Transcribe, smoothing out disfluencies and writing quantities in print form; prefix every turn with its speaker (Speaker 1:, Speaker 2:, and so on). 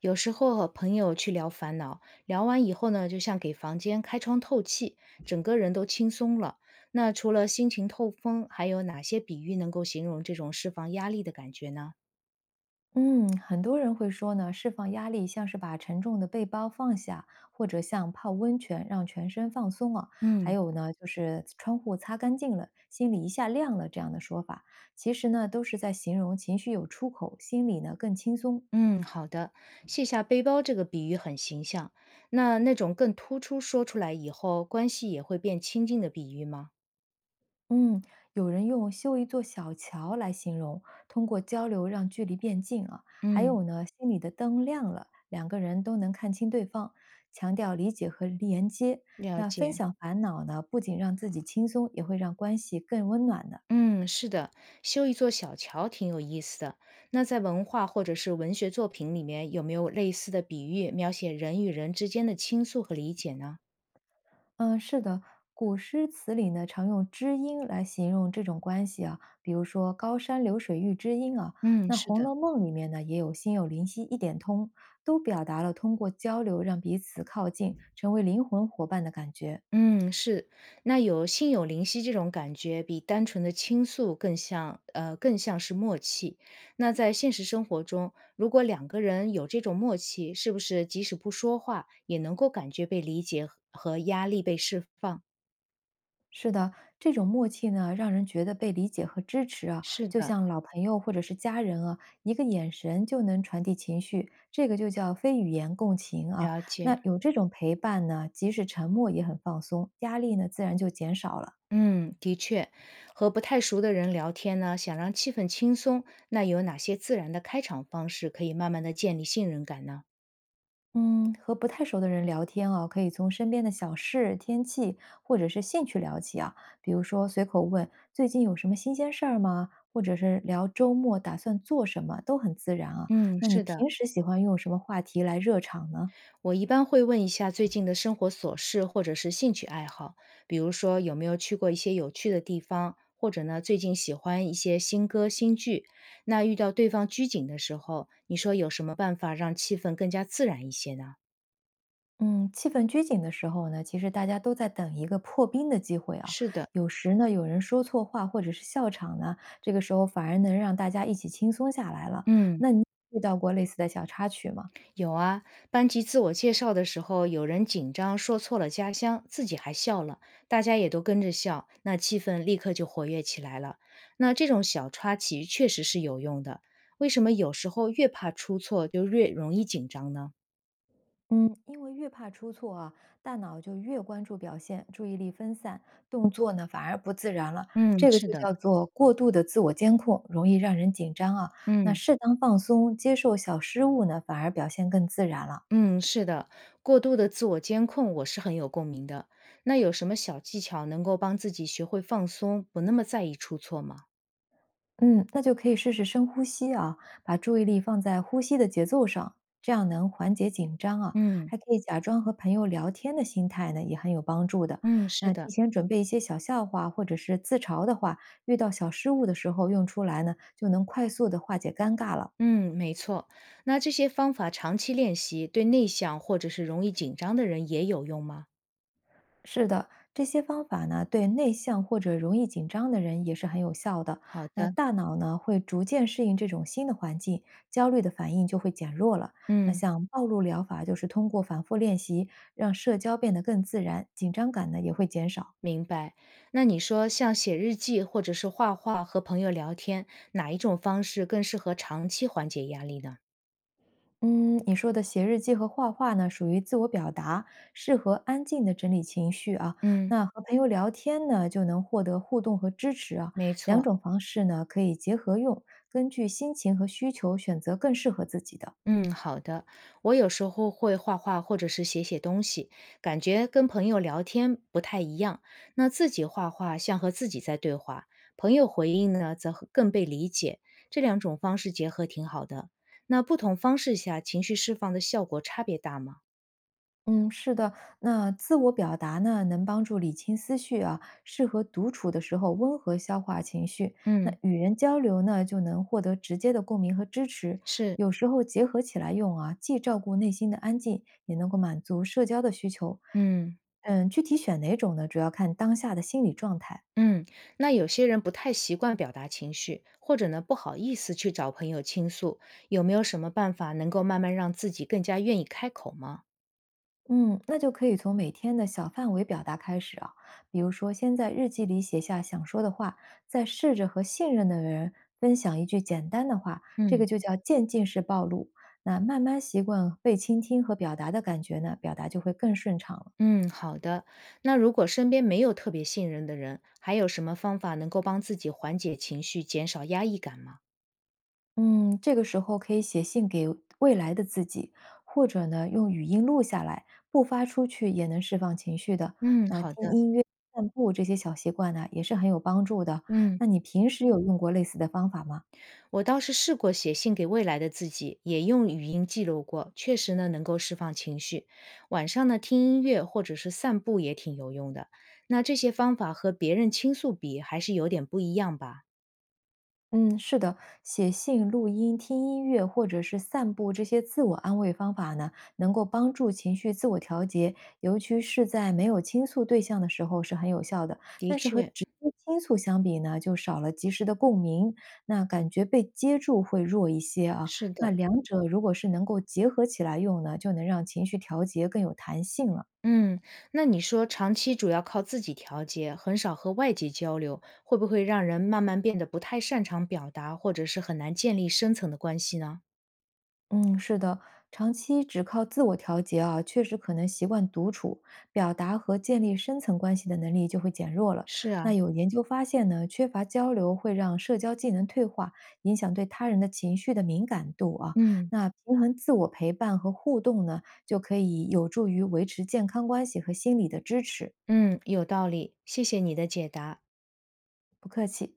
Speaker 1: 有时候和朋友去聊烦恼，聊完以后呢，就像给房间开窗透气，整个人都轻松了。那除了心情透风，还有哪些比喻能够形容这种释放压力的感觉呢？
Speaker 2: 嗯，很多人会说呢，释放压力像是把沉重的背包放下，或者像泡温泉让全身放松啊。还
Speaker 1: 嗯，
Speaker 2: 有呢，就是窗户擦干净了，心里一下亮了这样的说法，其实呢，都是在形容情绪有出口，心里呢更轻松。
Speaker 1: 嗯，好的，卸下背包这个比喻很形象。那那种更突出说出来以后，关系也会变亲近的比喻吗？
Speaker 2: 嗯，有人用修一座小桥来形容，通过交流让距离变近啊。还
Speaker 1: 嗯，
Speaker 2: 有呢，心里的灯亮了，两个人都能看清对方，强调理解和连接。
Speaker 1: 了
Speaker 2: 那分
Speaker 1: 解。
Speaker 2: 享烦恼呢，不仅让自己轻松，也会让关系更温暖的。
Speaker 1: 嗯，是的，修一座小桥挺有意思的。那在文化或者是文学作品里面，有没有类似的比喻描写人与人之间的倾诉和理解呢？
Speaker 2: 嗯，是的，古诗词里呢常用知音来形容这种关系啊，比如说“高山流水遇知音”啊，
Speaker 1: 嗯，
Speaker 2: 那
Speaker 1: 是
Speaker 2: 《红
Speaker 1: 的，
Speaker 2: 楼梦》里面呢也有“心有灵犀一点通”，都表达了通过交流让彼此靠近，成为灵魂伙伴的感觉。
Speaker 1: 嗯，是。那有心有灵犀这种感觉，比单纯的倾诉更像，更像是默契。那在现实生活中，如果两个人有这种默契，是不是即使不说话，也能够感觉被理解和压力被释放？
Speaker 2: 是的，这种默契呢，让人觉得被理解和支持啊，
Speaker 1: 是
Speaker 2: 就
Speaker 1: 的，
Speaker 2: 像老朋友或者是家人啊，一个眼神就能传递情绪，这个就叫非语言共情啊。
Speaker 1: 了解。
Speaker 2: 那有这种陪伴呢，即使沉默也很放松，压力呢自然就减少了。
Speaker 1: 嗯，的确，和不太熟的人聊天呢，想让气氛轻松，那有哪些自然的开场方式可以慢慢的建立信任感呢？
Speaker 2: 嗯，和不太熟的人聊天啊，可以从身边的小事、天气或者是兴趣聊起啊。比如说，随口问最近有什么新鲜事儿吗？或者是聊周末打算做什么，都很自然啊。
Speaker 1: 嗯，
Speaker 2: 那你
Speaker 1: 是的，
Speaker 2: 平时喜欢用什么话题来热场呢？
Speaker 1: 我一般会问一下最近的生活琐事或者是兴趣爱好，比如说有没有去过一些有趣的地方，或者呢最近喜欢一些新歌新剧。那遇到对方拘谨的时候，你说有什么办法让气氛更加自然一些呢？
Speaker 2: 嗯，气氛拘谨的时候呢，其实大家都在等一个破冰的机会啊。
Speaker 1: 是的，
Speaker 2: 有时呢，有人说错话或者是笑场呢，这个时候反而能让大家一起轻松下来了。
Speaker 1: 嗯。
Speaker 2: 那你遇到过类似的小插曲吗？
Speaker 1: 有啊，班级自我介绍的时候，有人紧张说错了家乡，自己还笑了，大家也都跟着笑，那气氛立刻就活跃起来了。那这种小插曲确实是有用的。为什么有时候越怕出错就越容易紧张呢？
Speaker 2: 嗯，因为越怕出错啊，大脑就越关注表现，注意力分散，动作呢反而不自然了。
Speaker 1: 嗯，
Speaker 2: 这个
Speaker 1: 是
Speaker 2: 就
Speaker 1: 的，
Speaker 2: 叫做过度的自我监控，容易让人紧张啊。那
Speaker 1: 嗯
Speaker 2: 适当放松，接受小失误呢，反而表现更自然了。
Speaker 1: 嗯，是的，过度的自我监控我是很有共鸣的。那有什么小技巧能够帮自己学会放松，不那么在意出错吗？
Speaker 2: 嗯，那就可以试试深呼吸啊，把注意力放在呼吸的节奏上，这样能缓解紧张啊。
Speaker 1: 嗯
Speaker 2: 还可以假装和朋友聊天的心态呢，也很有帮助的。
Speaker 1: 嗯，是
Speaker 2: 那提
Speaker 1: 的。
Speaker 2: 前准备一些小笑话或者是自嘲的话，遇到小失误的时候用出来呢，就能快速的化解尴尬了。
Speaker 1: 嗯，没错。那这些方法长期练习，对内向或者是容易紧张的人也有用吗？
Speaker 2: 是的，这些方法呢，对内向或者容易紧张的人也是很有效的。
Speaker 1: 好
Speaker 2: 那
Speaker 1: 的，
Speaker 2: 大脑呢，会逐渐适应这种新的环境，焦虑的反应就会减弱了。那
Speaker 1: 嗯，
Speaker 2: 像暴露疗法，就是通过反复练习，让社交变得更自然，紧张感呢也会减少。
Speaker 1: 明白。那你说像写日记或者是画画和朋友聊天，哪一种方式更适合长期缓解压力呢？
Speaker 2: 嗯，你说的写日记和画画呢，属于自我表达，适合安静的整理情绪啊。
Speaker 1: 嗯，
Speaker 2: 那和朋友聊天呢，就能获得互动和支持啊。
Speaker 1: 没
Speaker 2: 两
Speaker 1: 错。
Speaker 2: 种方式呢，可以结合用，根据心情和需求选择更适合自己的。
Speaker 1: 嗯，好的。我有时候会画画或者是写写东西，感觉跟朋友聊天不太一样。那自己画画像和自己在对话，朋友回应呢则和更被理解。这两种方式结合挺好的。那不同方式下情绪释放的效果差别大吗？
Speaker 2: 嗯，是的，那自我表达呢，能帮助理清思绪啊，适合独处的时候温和消化情绪。那
Speaker 1: 嗯，
Speaker 2: 与人交流呢，就能获得直接的共鸣和支持。
Speaker 1: 是，
Speaker 2: 有时候结合起来用啊，既照顾内心的安静，也能够满足社交的需求。
Speaker 1: 嗯
Speaker 2: 嗯，具体选哪种呢，主要看当下的心理状态。
Speaker 1: 嗯。那有些人不太习惯表达情绪，或者呢不好意思去找朋友倾诉，有没有什么办法能够慢慢让自己更加愿意开口吗？
Speaker 2: 嗯，那就可以从每天的小范围表达开始啊，比如说先在日记里写下想说的话，再试着和信任的人分享一句简单的话，这个
Speaker 1: 嗯。
Speaker 2: 就叫渐进式暴露。那慢慢习惯被倾听和表达的感觉呢，表达就会更顺畅了。
Speaker 1: 嗯，好的。那如果身边没有特别信任的人，还有什么方法能够帮自己缓解情绪、减少压抑感吗？
Speaker 2: 嗯，这个时候可以写信给未来的自己，或者呢用语音录下来，不发出去也能释放情绪的。
Speaker 1: 嗯，
Speaker 2: 那
Speaker 1: 好
Speaker 2: 听
Speaker 1: 的。
Speaker 2: 音乐、散步这些小习惯呢，也是很有帮助的。
Speaker 1: 嗯，
Speaker 2: 那你平时有用过类似的方法吗？
Speaker 1: 我倒是试过写信给未来的自己，也用语音记录过，确实呢能够释放情绪。晚上呢听音乐或者是散步也挺有用的。那这些方法和别人倾诉比，还是有点不一样吧？
Speaker 2: 嗯，是的，写信、录音、听音乐或者是散步这些自我安慰方法呢，能够帮助情绪自我调节，尤其是在没有倾诉对象的时候是很有效的。
Speaker 1: 的
Speaker 2: 但是和
Speaker 1: 确，
Speaker 2: 直接倾诉相比呢，就少了及时的共鸣，那感觉被接住会弱一些啊。
Speaker 1: 是
Speaker 2: 那
Speaker 1: 的。
Speaker 2: 两者如果是能够结合起来用呢，就能让情绪调节更有弹性了。
Speaker 1: 嗯，那你说长期主要靠自己调节，很少和外界交流，会不会让人慢慢变得不太擅长表达，或者是很难建立深层的关系呢？
Speaker 2: 嗯，是的，长期只靠自我调节啊，确实可能习惯独处，表达和建立深层关系的能力就会减弱了。
Speaker 1: 是啊，
Speaker 2: 那有研究发现呢，缺乏交流会让社交技能退化，影响对他人的情绪的敏感度啊。
Speaker 1: 嗯
Speaker 2: 那平衡自我陪伴和互动呢，就可以有助于维持健康关系和心理的支持。
Speaker 1: 嗯，有道理，谢谢你的解答。
Speaker 2: 不客气。